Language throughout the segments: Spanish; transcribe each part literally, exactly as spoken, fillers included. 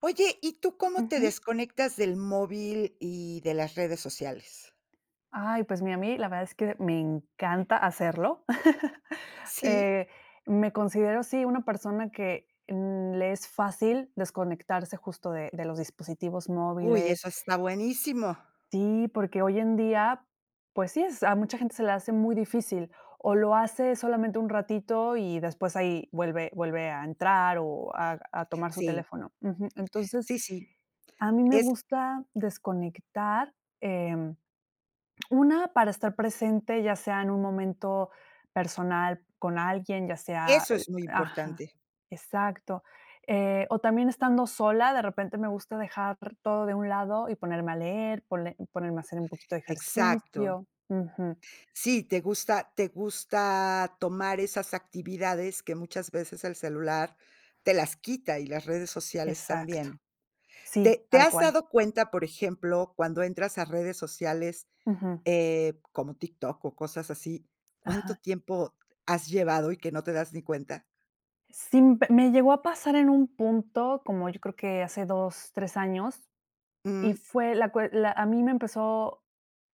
Oye, ¿y tú cómo te Ujú. desconectas del móvil y de las redes sociales? Ay, pues mira, a mí la verdad es que me encanta hacerlo. Sí. Eh, Me considero, sí, una persona que, mm, le es fácil desconectarse justo de de los dispositivos Uy, móviles. eso está buenísimo. Sí, porque hoy en día, pues sí, es a mucha gente se le hace muy difícil, o lo hace solamente un ratito y después ahí vuelve vuelve a entrar o a a tomar su Sí, teléfono. Ujú. Entonces, sí, sí. a mí me Es gusta desconectar, em, una para estar presente, ya sea en un momento personal con alguien, ya sea Eso eh, es muy ajá, importante. exacto. Eh, o también estando sola, de repente me gusta dejar todo de un lado y ponerme a leer, pone- ponerme a hacer un poquito de Exacto. ejercicio. Ujú, Sí, te gusta te gusta tomar esas actividades que muchas veces el celular te las quita y las redes sociales exacto. también. Sí, ¿Te te tal has cual. dado cuenta, por ejemplo, cuando entras a redes sociales, Ujú, Eh, como TikTok o cosas así, cuánto ajá. tiempo has llevado y que no te das ni cuenta? Sí, me me llegó a pasar en un punto, como yo creo que hace dos, tres años. Y Mm. fue la cue la A mí me empezó,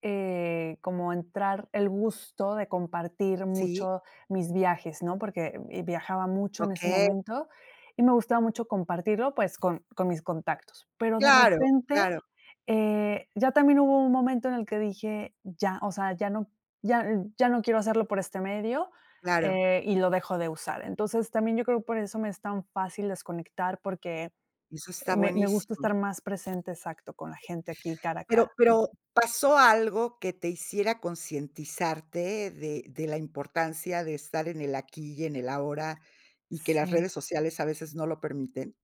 eh, como a entrar el gusto de compartir Sí, mucho mis viajes, ¿no? Porque, eh, viajaba mucho en ese okey, momento y me gustaba mucho compartirlo, pues, con con mis contactos. Pero de claro, repente, claro, eh, ya también hubo un momento en el que dije: "Ya, o sea, ya no ya ya no quiero hacerlo por este medio", claro, eh, y lo dejo de usar. Entonces, también yo creo que por eso me es tan fácil desconectar, porque eso está me me gusta buenísimo. estar más presente, exacto, con la gente aquí cara a Pero cara. pero, ¿pasó algo que te hiciera concientizarte de de la importancia de estar en el aquí y en el ahora, y que las Sí. redes sociales a veces no lo permiten?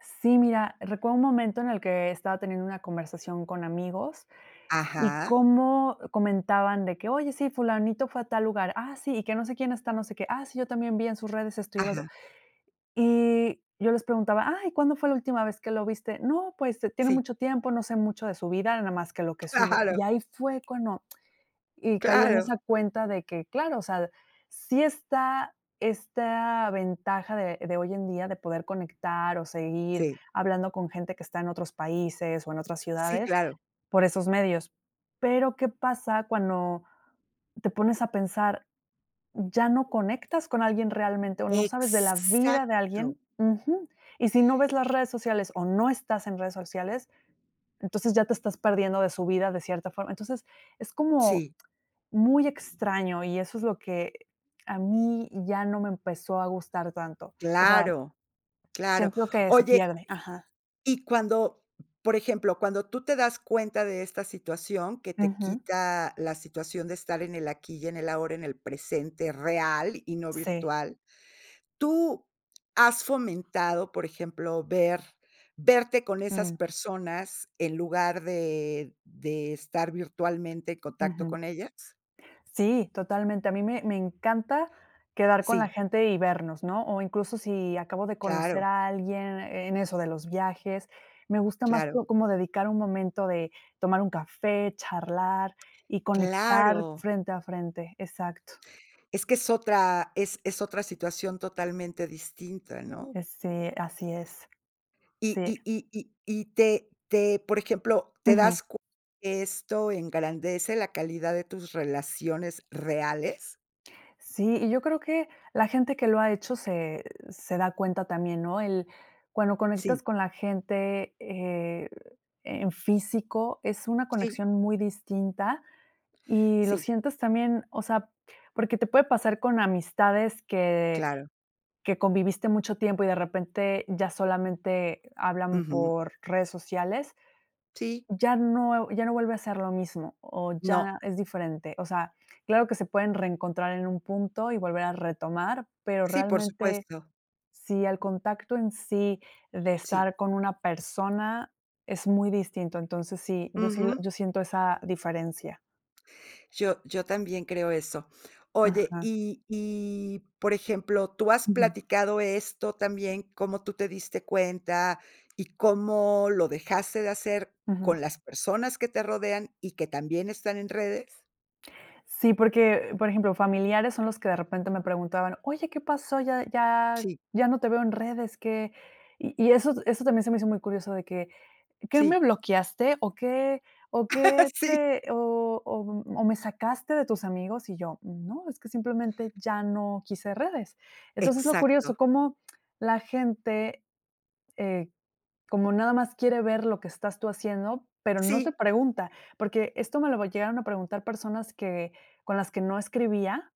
Sí, mira, recuerdo un momento en el que estaba teniendo una conversación con amigos y Ajá, cómo comentaban de que: "Oye, sí, fulanito fue a tal lugar. Ah, sí, y que no sé quién está, no sé qué. Ah, sí, yo también vi en sus redes esto y el otro". ajá, Y yo les preguntaba: "Ay, ¿cuándo fue la última vez que lo viste?". "No, pues, eh, tiene sí, mucho tiempo, no sé mucho de su vida, nada más que lo que sube". claro, Y ahí fue cuando y caí en claro, esa cuenta de que, claro, o sea, sí está esta ventaja de de hoy en día de poder conectar o seguir sí, hablando con gente que está en otros países o en otras sí, ciudades claro. por esos medios. Pero, ¿qué pasa cuando te pones a pensar, ya no conectas con alguien realmente o no sabes de la vida de Exacto, alguien? Ujú. Y si no ves las redes sociales o no estás en redes sociales, entonces ya te estás perdiendo de su vida de cierta forma. Entonces, es como sí. muy extraño, y eso es lo que a mí ya no me empezó a gustar tanto. O sea, Claro, claro. siento que se Oye, pierde. Ajá. y cuando, por ejemplo, cuando tú te das cuenta de esta situación que te Ujú. quita la situación de estar en el aquí y en el ahora, en el presente real y no Sí. virtual, ¿tú has fomentado, por ejemplo, ver verte con esas Mm, personas en lugar de de estar virtualmente en contacto ujú. con ellas? Sí, totalmente. A mí me me encanta quedar con la Sí, gente y vernos, ¿no? O incluso si acabo de conocer claro, a alguien eh, en eso de los viajes, me gusta más claro, co como dedicar un momento de tomar un café, charlar y conectar claro. frente a frente. Exacto. Es que es otra, es es otra situación totalmente distinta, ¿no? Ese así es. Y Sí. y y y y te te, por ejemplo, ¿te das cuenta que esto engrandece la calidad de tus relaciones reales? Sí, y yo creo que la gente que lo ha hecho se se da cuenta también, ¿no? El cuando Sí, conectas con la gente, eh, en físico, es una sí, conexión muy distinta y lo sí, sientes también, o sea, porque te puede pasar con amistades que claro. que conviviste mucho tiempo y de repente ya solamente hablan Ujú. por redes sociales, Sí, ya no ya no vuelve a ser lo mismo, o no. ya es diferente. O sea, claro que se pueden reencontrar en un punto y volver a retomar, pero Sí, por realmente, supuesto. si el contacto en sí de Sí. estar con una persona es muy distinto. Entonces, sí, yo sí lo- Ujú. yo siento esa diferencia. Yo yo también creo eso. Oye, Ajá. y y, por ejemplo, ¿tú has Ujú, platicado esto también, cómo tú te diste cuenta y cómo lo dejaste de hacer ujú. con las personas que te rodean y que también están en redes? Sí, porque, por ejemplo, familiares son los que de repente me preguntaban: "Oye, ¿qué pasó? Ya ya Sí, ya no te veo en redes, ¿qué?". Y y eso eso también se me hizo muy curioso de que ¿qué me sí. bloqueaste o qué o qué Sí, te o o mm, o me sacaste de tus amigos? Y yo, no, es que simplemente ya no quise redes. Entonces, lo exacto. curioso, cómo la gente, eh, como nada más quiere ver lo que estás tú haciendo, pero no te Sí, pregunta, porque esto me lo llegaron a preguntar personas que con las que no escribía,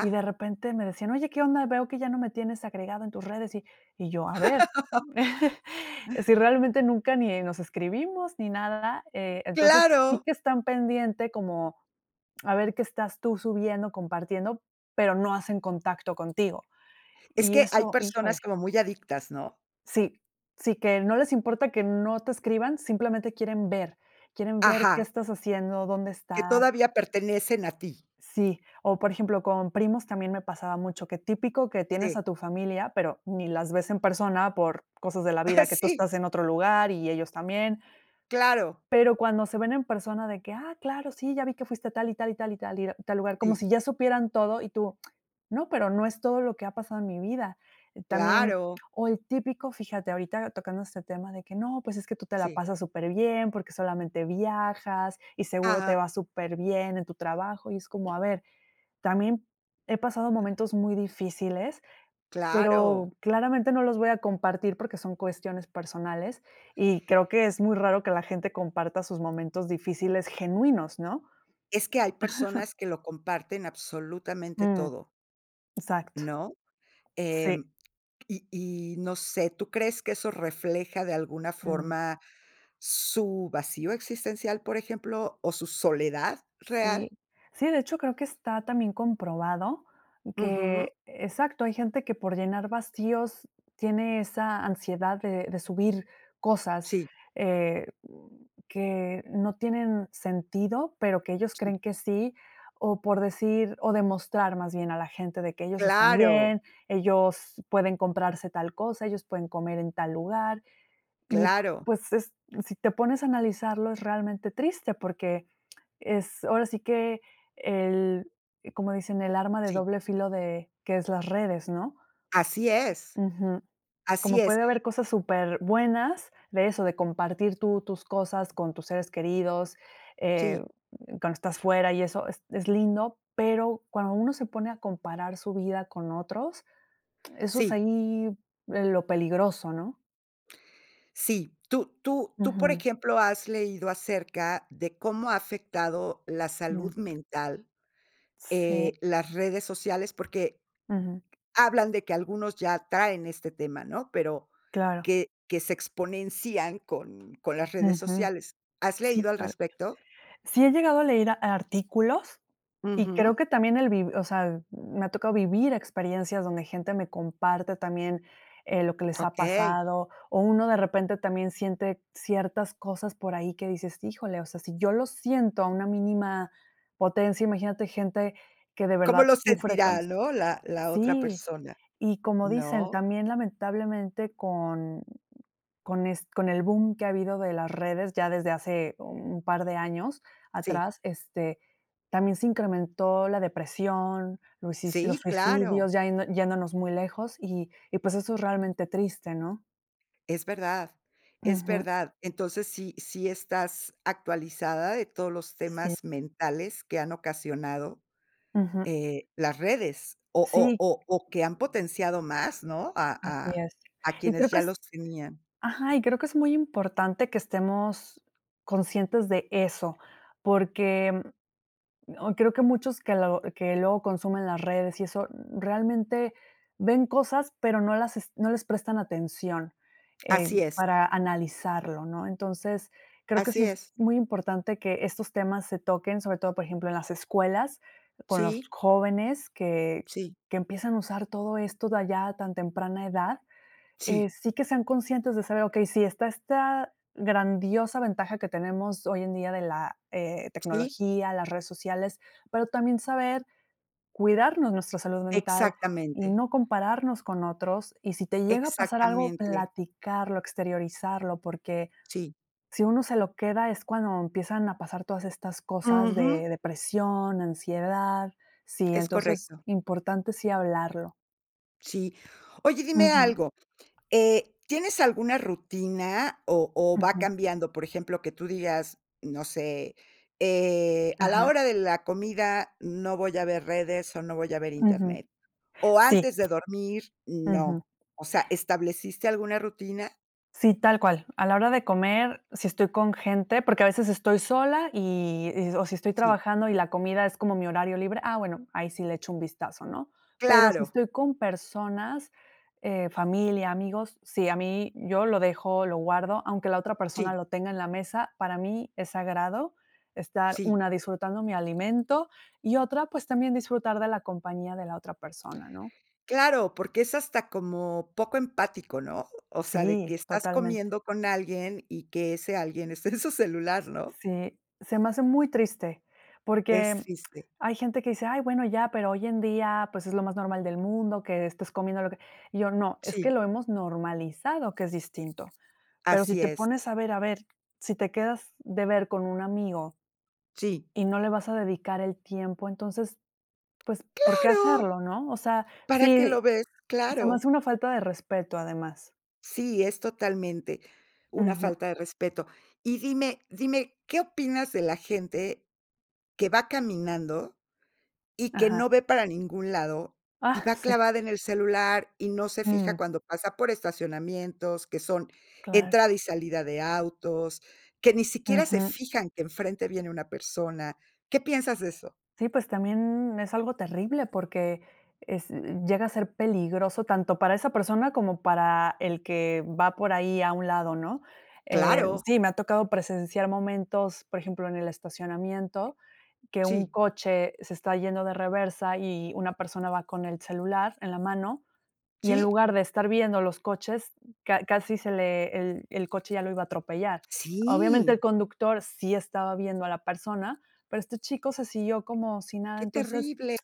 y de repente me decían: "Oye, ¿qué onda? Veo que ya no me tienes agregado en tus redes", y y yo: "A ver", si realmente nunca ni nos escribimos ni nada, eh, entonces sí Claro. que están pendiente como a ver qué estás tú subiendo, compartiendo, pero no hacen contacto contigo. Es Y que hay eso, híjole, personas como muy adictas, ¿no? sí, sí, que no les importa que no te escriban, simplemente quieren ver, quieren ver Ajá, qué estás haciendo, dónde que estás. todavía pertenecen a ti. Sí, o por ejemplo, con primos también me pasaba mucho, que típico que tienes Sí, a tu familia, pero ni las ves en persona por cosas de la vida, que tú sí, estás en otro lugar y ellos también, claro, pero cuando se ven en persona de que, ah, claro, sí, ya vi que fuiste a tal y tal y tal y tal y tal lugar, como sí, si ya supieran todo y tú, no, pero no es todo lo que ha pasado en mi vida. Eh, También, claro, o el típico, fíjate, ahorita tocando este tema de que no, pues es que tú te la sí, pasas súper bien porque solamente viajas y seguro te ajá. va súper bien en tu trabajo y es como, a ver también he pasado momentos muy difíciles, Claro, pero claramente no los voy a compartir porque son cuestiones personales y creo que es muy raro que la gente comparta sus momentos difíciles genuinos, ¿no? es que hay personas que lo comparten absolutamente Mm, todo, exacto. ¿no? Sí. Em, y y no sé, ¿tú crees que eso refleja de alguna Mm. forma su vacío existencial, por ejemplo, o su soledad real? Sí, sí, de hecho creo que está también comprobado Ujú, que, exacto, hay gente que por llenar vacíos tiene esa ansiedad de, de subir cosas sí, eh, que no tienen sentido, pero que ellos sí, creen que sí, o por decir, o demostrar más bien a la gente de que ellos están claro, bien, ellos pueden comprarse tal cosa, ellos pueden comer en tal lugar. Y claro, pues es- si te pones a analizarlo es realmente triste porque es ahora sí que el, como dicen, el arma de sí, doble filo de que es las redes, ¿no? así es, Ujú. así Como es, puede haber cosas súper buenas de eso, de compartir tú tus cosas con tus seres queridos, eh, sí, cuando estás fuera y eso es, es lindo, pero cuando uno se pone a comparar su vida con otros, eso es sí, ahí eh, lo peligroso, ¿no? sí. Tú tú tú, por Ujú, ejemplo, ¿has leído acerca de cómo ha afectado la salud mm, mental eh, sí, las redes sociales? Porque ujú, hablan de que algunos ya traen este tema, ¿no? Pero claro, que que se exponencian con con las redes ujú, sociales. ¿Has sí, leído al tal cual. respecto? Sí he llegado a leer a artículos y Ujú. creo que también el vi o sea, me ha tocado vivir experiencias donde gente me comparte también, eh, lo que les ha Okey. pasado, o uno de repente también siente ciertas cosas por ahí que dices: "Híjole, o sea, si yo lo siento a una mínima potencia, imagínate gente que de ¿Cómo verdad lo sufre con sentirá, eso". no? La la otra Sí, persona, y como dicen, ¿no? también lamentablemente con con es con el boom que ha habido de las redes ya desde hace un par de años Sí, atrás, este, también se incrementó la depresión, los sis los sí, claro, suicidios, ya yendo yéndonos muy lejos y y pues eso es realmente triste, ¿no? es verdad, es Ujú. verdad. Entonces, sí, sí estás actualizada de todos los Sí. temas mentales que han ocasionado Ujú. Eh, las redes, o o Sí, o o que han potenciado más, ¿no? A así a es. a Y quienes creo que ya los es tenían. ajá, y creo que es muy importante que estemos conscientes de eso, porque no, creo que muchos que lo que luego consumen las redes y eso, realmente ven cosas, pero no las es no les prestan atención, eh, Así es, para analizarlo, ¿no? Entonces, creo que así sí es es. muy importante que estos temas se toquen, sobre todo, por ejemplo, en las escuelas, con los Sí, jóvenes que sí, que empiezan a usar todo esto de allá a tan temprana edad, eh, sí, sí que sean conscientes de saber, okey, si está esta grandiosa ventaja que tenemos hoy en día de la, eh, sí, tecnología, las redes sociales, pero también saber cuidarnos nuestra salud mental y exactamente, no compararnos con otros. Y si te llega a pasar algo, exactamente, platicarlo, exteriorizarlo, porque sí. si uno se lo queda es cuando empiezan a pasar todas estas cosas Ujú, de depresión, ansiedad. Sí, es entonces correcto, importante sí hablarlo. sí. Oye, dime Ujú, algo. Eh, ¿tienes alguna rutina o o va ujú, cambiando? Por ejemplo, que tú digas, no sé, eh, a la ajá, hora de la comida no voy a ver redes o no voy a ver ujú. Internet, o Sí, antes de dormir, no. ujú. O sea, ¿estableciste alguna rutina? Sí, tal cual. A la hora de comer, si estoy con gente, porque a veces estoy sola y y o si estoy Sí, trabajando y la comida es como mi horario libre, ah, bueno, ahí sí le echo un vistazo, ¿no? Pero si claro, estoy con personas, eh, familia, amigos, sí, a mí yo lo dejo, lo guardo, aunque la otra persona sí, lo tenga en la mesa, para mí es sagrado estar, sí, una, disfrutando mi alimento y otra, pues, también disfrutar de la compañía de la otra persona, ¿no? claro, porque es hasta como poco empático, ¿no? O sea, de que Sí, estás totalmente. comiendo con alguien y que ese alguien esté en su celular, ¿no? Sí, se me hace muy triste, Es porque triste. hay gente que dice: "Ay, bueno, ya, pero hoy en día, pues, es lo más normal del mundo que estés comiendo lo que" y yo: "No, es que Sí, lo hemos normalizado, que es distinto". Pero si así te es. pones a ver, a ver, si te quedas de ver con un amigo Sí. y no le vas a dedicar el tiempo, entonces, pues, ¿por qué Claro, hacerlo, no? O sea, ¿para qué sí, lo ves? se me Claro. hace una falta de respeto, además. Sí, es totalmente una Ujú, falta de respeto. Y dime dime, ¿qué opinas de la gente que va caminando y que ajá. no ve para ningún lado y Ah, va sí. clavada en el celular y no se fija Mm, cuando pasa por estacionamientos, que son claro. entrada y salida de autos, que ni siquiera se Ujú. fijan que enfrente viene una persona? ¿Qué piensas de eso? Sí, pues también es algo terrible porque es llega a ser peligroso tanto para esa persona como para el que va por ahí a un lado, ¿no? Eh, Claro, Sí, me ha tocado presenciar momentos, por ejemplo, en el estacionamiento, que un sí, coche se está yendo de reversa y una persona va con el celular en la mano y en sí, lugar de estar viendo los coches, ca- casi se le, el, el coche ya lo iba a atropellar. Obviamente sí, el conductor sí estaba viendo a la persona, pero este chico se siguió como si nada. qué Entonces, terrible.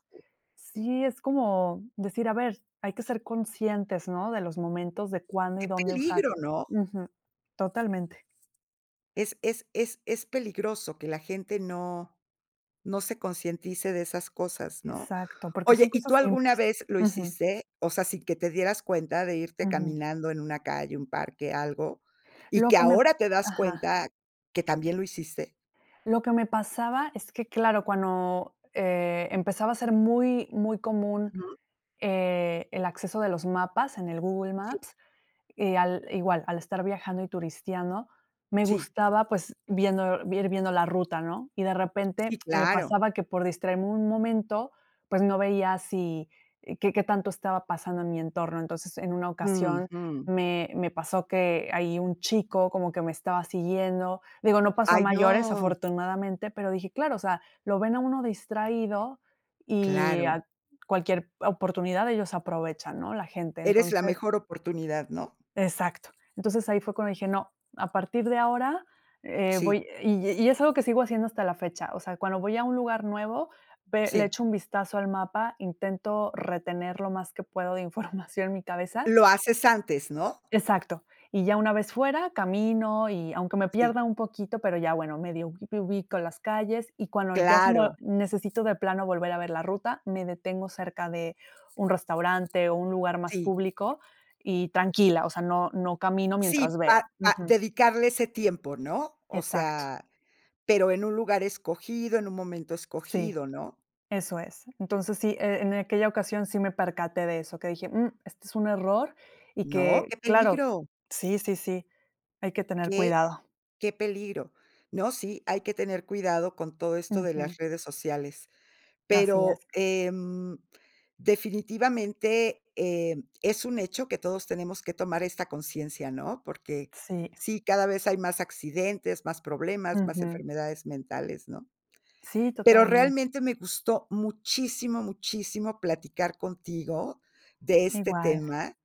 sí es como decir, a ver, hay que ser conscientes, ¿no? De los momentos, de cuándo y Qué dónde usar. peligro, ¿no? Ujú, totalmente. Es es es es peligroso que la gente no no se concientice de esas cosas, ¿no? Exacto, porque son Oye, ¿y cosas tú alguna simples. vez lo Ujú, hiciste? O sea, sin que te dieras cuenta de irte ujú. caminando en una calle, un parque, algo, y Lo que que me... ahora te das Ajá. cuenta que también lo hiciste. Lo que me pasaba es que, claro, cuando, eh, empezaba a ser muy, muy común, Ujú. eh, el acceso de los mapas en el Google Sí, Maps, eh, al igual, al estar viajando y turisteando, me sí. gustaba, pues, viendo ir viendo la ruta, ¿no? Y de repente Sí, me claro. pasaba que por distraerme un momento, pues, no veía si eh, qué qué tanto estaba pasando en mi entorno. Entonces, en una ocasión Ujú. me me pasó que ahí un chico como que me estaba siguiendo. Digo, no pasó a Ay, mayores, no, afortunadamente, pero dije: "Claro, o sea, lo ven a uno distraído y claro. a cualquier oportunidad ellos aprovechan", ¿no? La gente. Eres la Entonces mejor oportunidad, ¿no? exacto. Entonces, ahí fue cuando dije: "No, a partir de ahora, eh, Sí, voy", y y es algo que sigo haciendo hasta la fecha. O sea, cuando voy a un lugar nuevo, ve le sí. echo un vistazo al mapa, intento retener lo más que puedo de información en mi cabeza, Lo haces antes, ¿no? exacto. Y ya una vez fuera, camino y aunque me Sí, pierda un poquito, pero ya, bueno, medio ubi ubico las calles, y cuando ya se me claro, necesito de plano volver a ver la ruta, me detengo cerca de un restaurante o un lugar más sí. público y tranquila, o sea, no no camino Sí, mientras pa veo. pa Ujú. dedicarle ese tiempo, ¿no? O Exacto. sea, pero en un lugar escogido, en un momento Sí, escogido, ¿no? eso es. Entonces sí, e en aquella ocasión sí me percaté de eso, que dije: "Mm, este es un error", y No, que qué claro, peligro, sí, sí, sí, hay que tener qué cuidado. qué peligro. No, sí, hay que tener cuidado con todo esto de Ujú, las redes sociales, así es. pero, em, definitivamente, eh, es un hecho que todos tenemos que tomar esta conciencia, ¿no? Porque Sí, sí, cada vez hay más accidentes, más problemas, más ujú. enfermedades mentales, ¿no? Sí, Pero totalmente, realmente me gustó muchísimo, muchísimo platicar contigo de este igual. tema.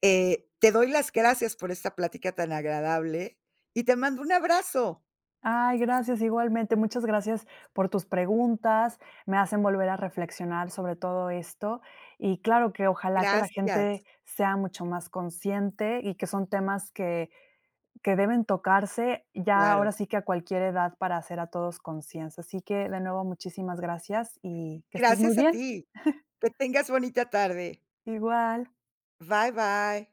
Eh, te doy las gracias por esta plática tan agradable y te mando un abrazo. Ay, gracias, igualmente. Muchas gracias por tus preguntas, me hacen volver a reflexionar sobre todo esto y claro que ojalá que la Gracias, gente sea mucho más consciente y que son temas que que deben tocarse ya claro. ahora sí que a cualquier edad para hacer a todos conciencia. Así que de nuevo muchísimas gracias y que estés muy Gracias a bien. ti. Que tengas bonita tarde. Igual. Bye, bye.